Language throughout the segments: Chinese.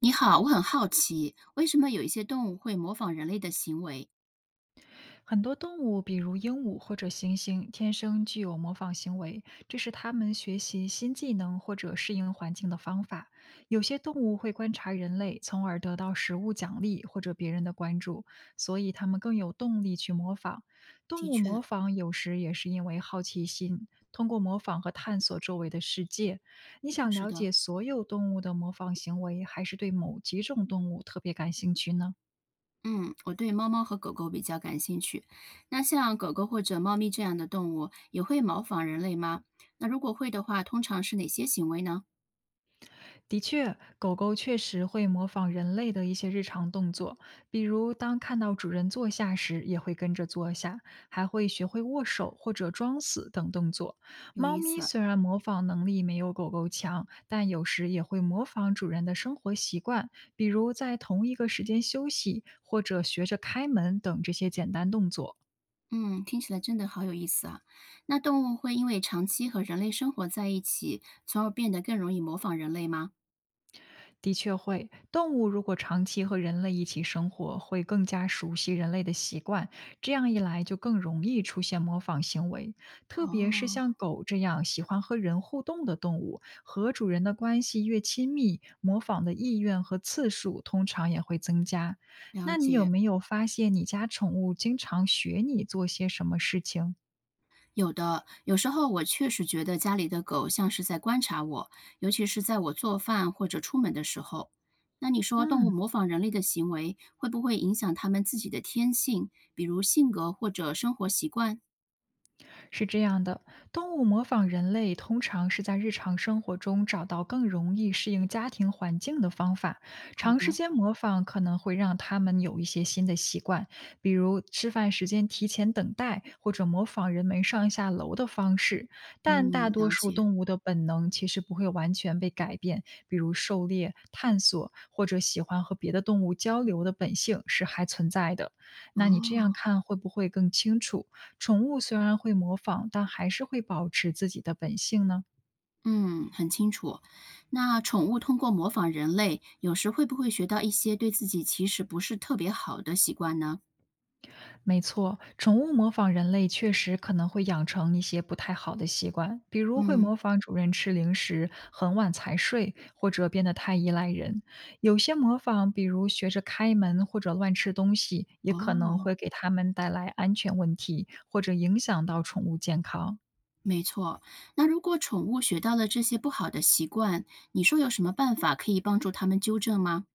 你好，我很好奇，为什么有一些动物会模仿人类的行为？很多动物，比如鹦鹉或者猩猩，天生具有模仿行为，这是它们学习新技能或者适应环境的方法。有些动物会观察人类，从而得到食物奖励或者别人的关注，所以它们更有动力去模仿。动的物模确，仿有时也是因为好奇心，通过模仿和探索周围的世界。你想是了的，解所有动物的模仿行为，还是对某几种动物特别感兴趣呢？嗯，我对猫猫和狗狗比较感兴趣。那像狗狗或者猫咪这样的动物，也会模仿人类吗？那如果会的话，通常是哪些行为呢？的确，狗狗确实会模仿人类的一些日常动作，比如当看到主人坐下时，也会跟着坐下，还会学会握手或者装死等动作。有猫意咪思，虽然模仿能力没有狗狗强，但有时也会模仿主人的生活习惯，比如在同一个时间休息，或者学着开门等这些简单动作。嗯，听起来真的好有意思啊。那动物会因为长期和人类生活在一起，从而变得更容易模仿人类吗？的确会，动物如果长期和人类一起生活，会更加熟悉人类的习惯，这样一来就更容易出现模仿行为。特别是哦，像狗这样喜欢和人互动的动物，和主人的关系越亲密，模仿的意愿和次数通常也会增加。了那你有解。没有发现你家宠物经常学你做些什么事情？有的，有时候我确实觉得家里的狗像是在观察我，尤其是在我做饭或者出门的时候。那你说，动物嗯。模仿人类的行为，会不会影响它们自己的天性，比如性格或者生活习惯？是这样的，动物模仿人类通常是在日常生活中找到更容易适应家庭环境的方法。好长时的，间模仿可能会让他们有一些新的习惯，比如吃饭时间提前等待，或者模仿人们上下楼的方式。但大嗯，多了数解。动物的本能其实不会完全被改变，比如狩猎、探索或者喜欢和别的动物交流的本性是还存在的。那你这样哦，看会不会更清楚？宠物虽然会模仿，但还是会保持自己的本性呢？嗯，很清楚。那宠物通过模仿人类，有时会不会学到一些对自己其实不是特别好的习惯呢？没错，宠物模仿人类确实可能会养成一些不太好的习惯，比如会嗯，模仿主人吃零食、很晚才睡，或者变得太依赖人。有些模仿，比如学着开门或者乱吃东西，也可能会哦。给他们带来安全问题，或者影响到宠物健康。没错，那如果宠物学到了这些不好的习惯，你说有什么办法可以帮助他们纠正吗？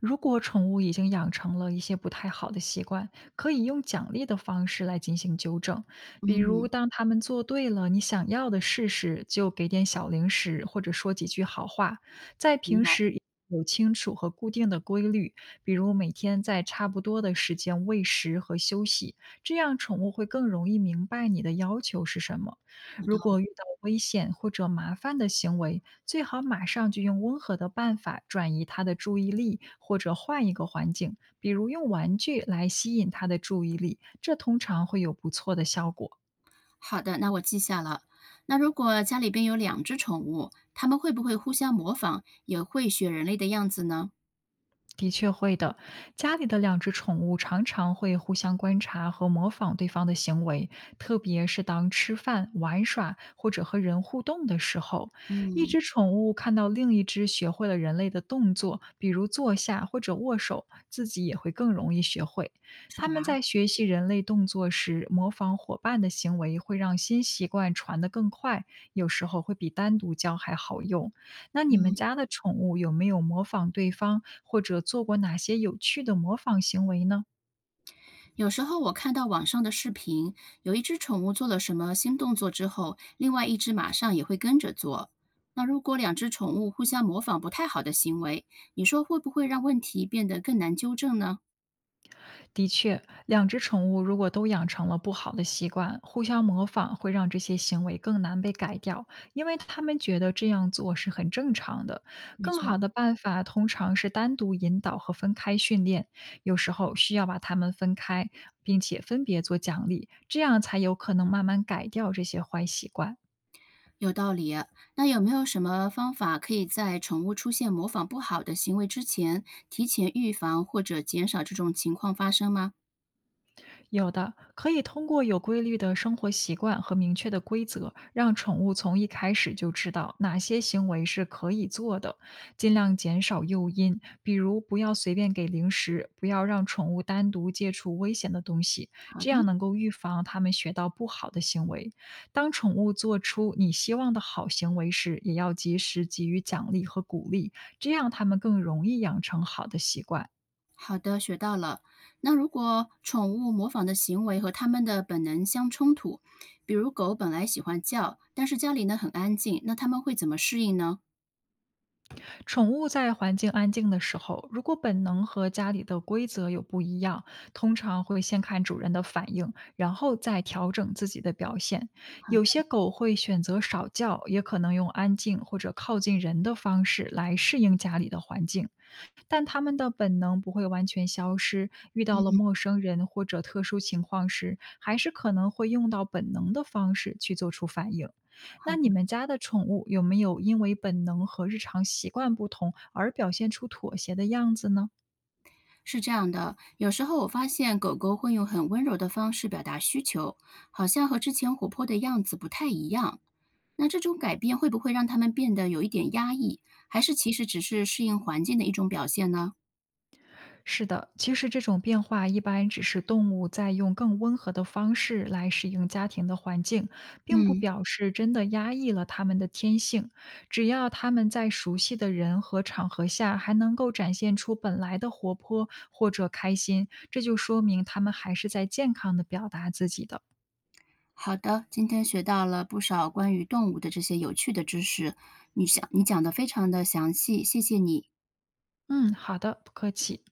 如果宠物已经养成了一些不太好的习惯，可以用奖励的方式来进行纠正。比嗯，如，当它们做对了你想要的事时，就给点小零食，或者说几句好话。在明平白，时有清楚和固定的规律，比如每天在差不多的时间喂食和休息，这样宠物会更容易明白你的要求是什么。有如道理。果遇到危险或者麻烦的行为，最好马上就用温和的办法转移他的注意力，或者换一个环境，比如用玩具来吸引他的注意力，这通常会有不错的效果。好的，那我记下了。那如果家里边有两只宠物，它们会不会互相模仿，也会学人类的样子呢？的确会的，家里的两只宠物常常会互相观察和模仿对方的行为，特别是当吃饭、玩耍或者和人互动的时候，一只宠物看到另一只学会了人类的动作，比如坐下或者握手，自己也会更容易学会。是它吧？们在学习人类动作时，模仿伙伴的行为会让新习惯传得更快，有时候会比单独教还好用。那你们家的宠物有没有模仿对方，或者做过哪些有趣的模仿行为呢？有时候我看到网上的视频，有一只宠物做了什么新动作之后，另外一只马上也会跟着做。那如果两只宠物互相模仿不太好的行为，你说会不会让问题变得更难纠正呢？的确，两只宠物如果都养成了不好的习惯，互相模仿会让这些行为更难被改掉，因为他们觉得这样做是很正常的。没更错，好的办法通常是单独引导和分开训练，有时候需要把它们分开，并且分别做奖励，这样才有可能慢慢改掉这些坏习惯。有道理。那有没有什么方法可以在宠物出现模仿不好的行为之前，提前预防或者减少这种情况发生吗？有的，可以通过有规律的生活习惯和明确的规则，让宠物从一开始就知道哪些行为是可以做的，尽量减少诱因，比如不要随便给零食，不要让宠物单独接触危险的东西，好这的，样能够预防它们学到不好的行为。当宠物做出你希望的好行为时，也要及时给予奖励和鼓励，这样它们更容易养成好的习惯。好的，学到了。那如果宠物模仿的行为和它们的本能相冲突，比如狗本来喜欢叫，但是家里呢很安静，那它们会怎么适应呢？宠物在环境安静的时候，如果本能和家里的规则有不一样，通常会先看主人的反应，然后再调整自己的表现。好的，有些狗会选择少叫，也可能用安静或者靠近人的方式来适应家里的环境。但他们的本能不会完全消失，遇到了嗯，陌生人或者特殊情况时，还是可能会用到本能的方式去做出反应。好那的，你们家的宠物有没有因为本能和日常习惯不同而表现出妥协的样子呢？是这样的。有时候我发现狗狗会用很温柔的方式表达需求，好像和之前活泼的样子不太一样。那这种改变会不会让他们变得有一点压抑，还是其实只是适应环境的一种表现呢？是的，其实这种变化一般只是动物在用更温和的方式来适应家庭的环境，并不嗯，表示真的压抑了它们的天性。只要它们在熟悉的人和场合下还能够展现出本来的活泼或者开心，这就说明它们还是在健康的表达自己的。好的，今天学到了不少关于动物的这些有趣的知识，你想你讲的非常的详细，谢谢你。嗯，好的，不客气。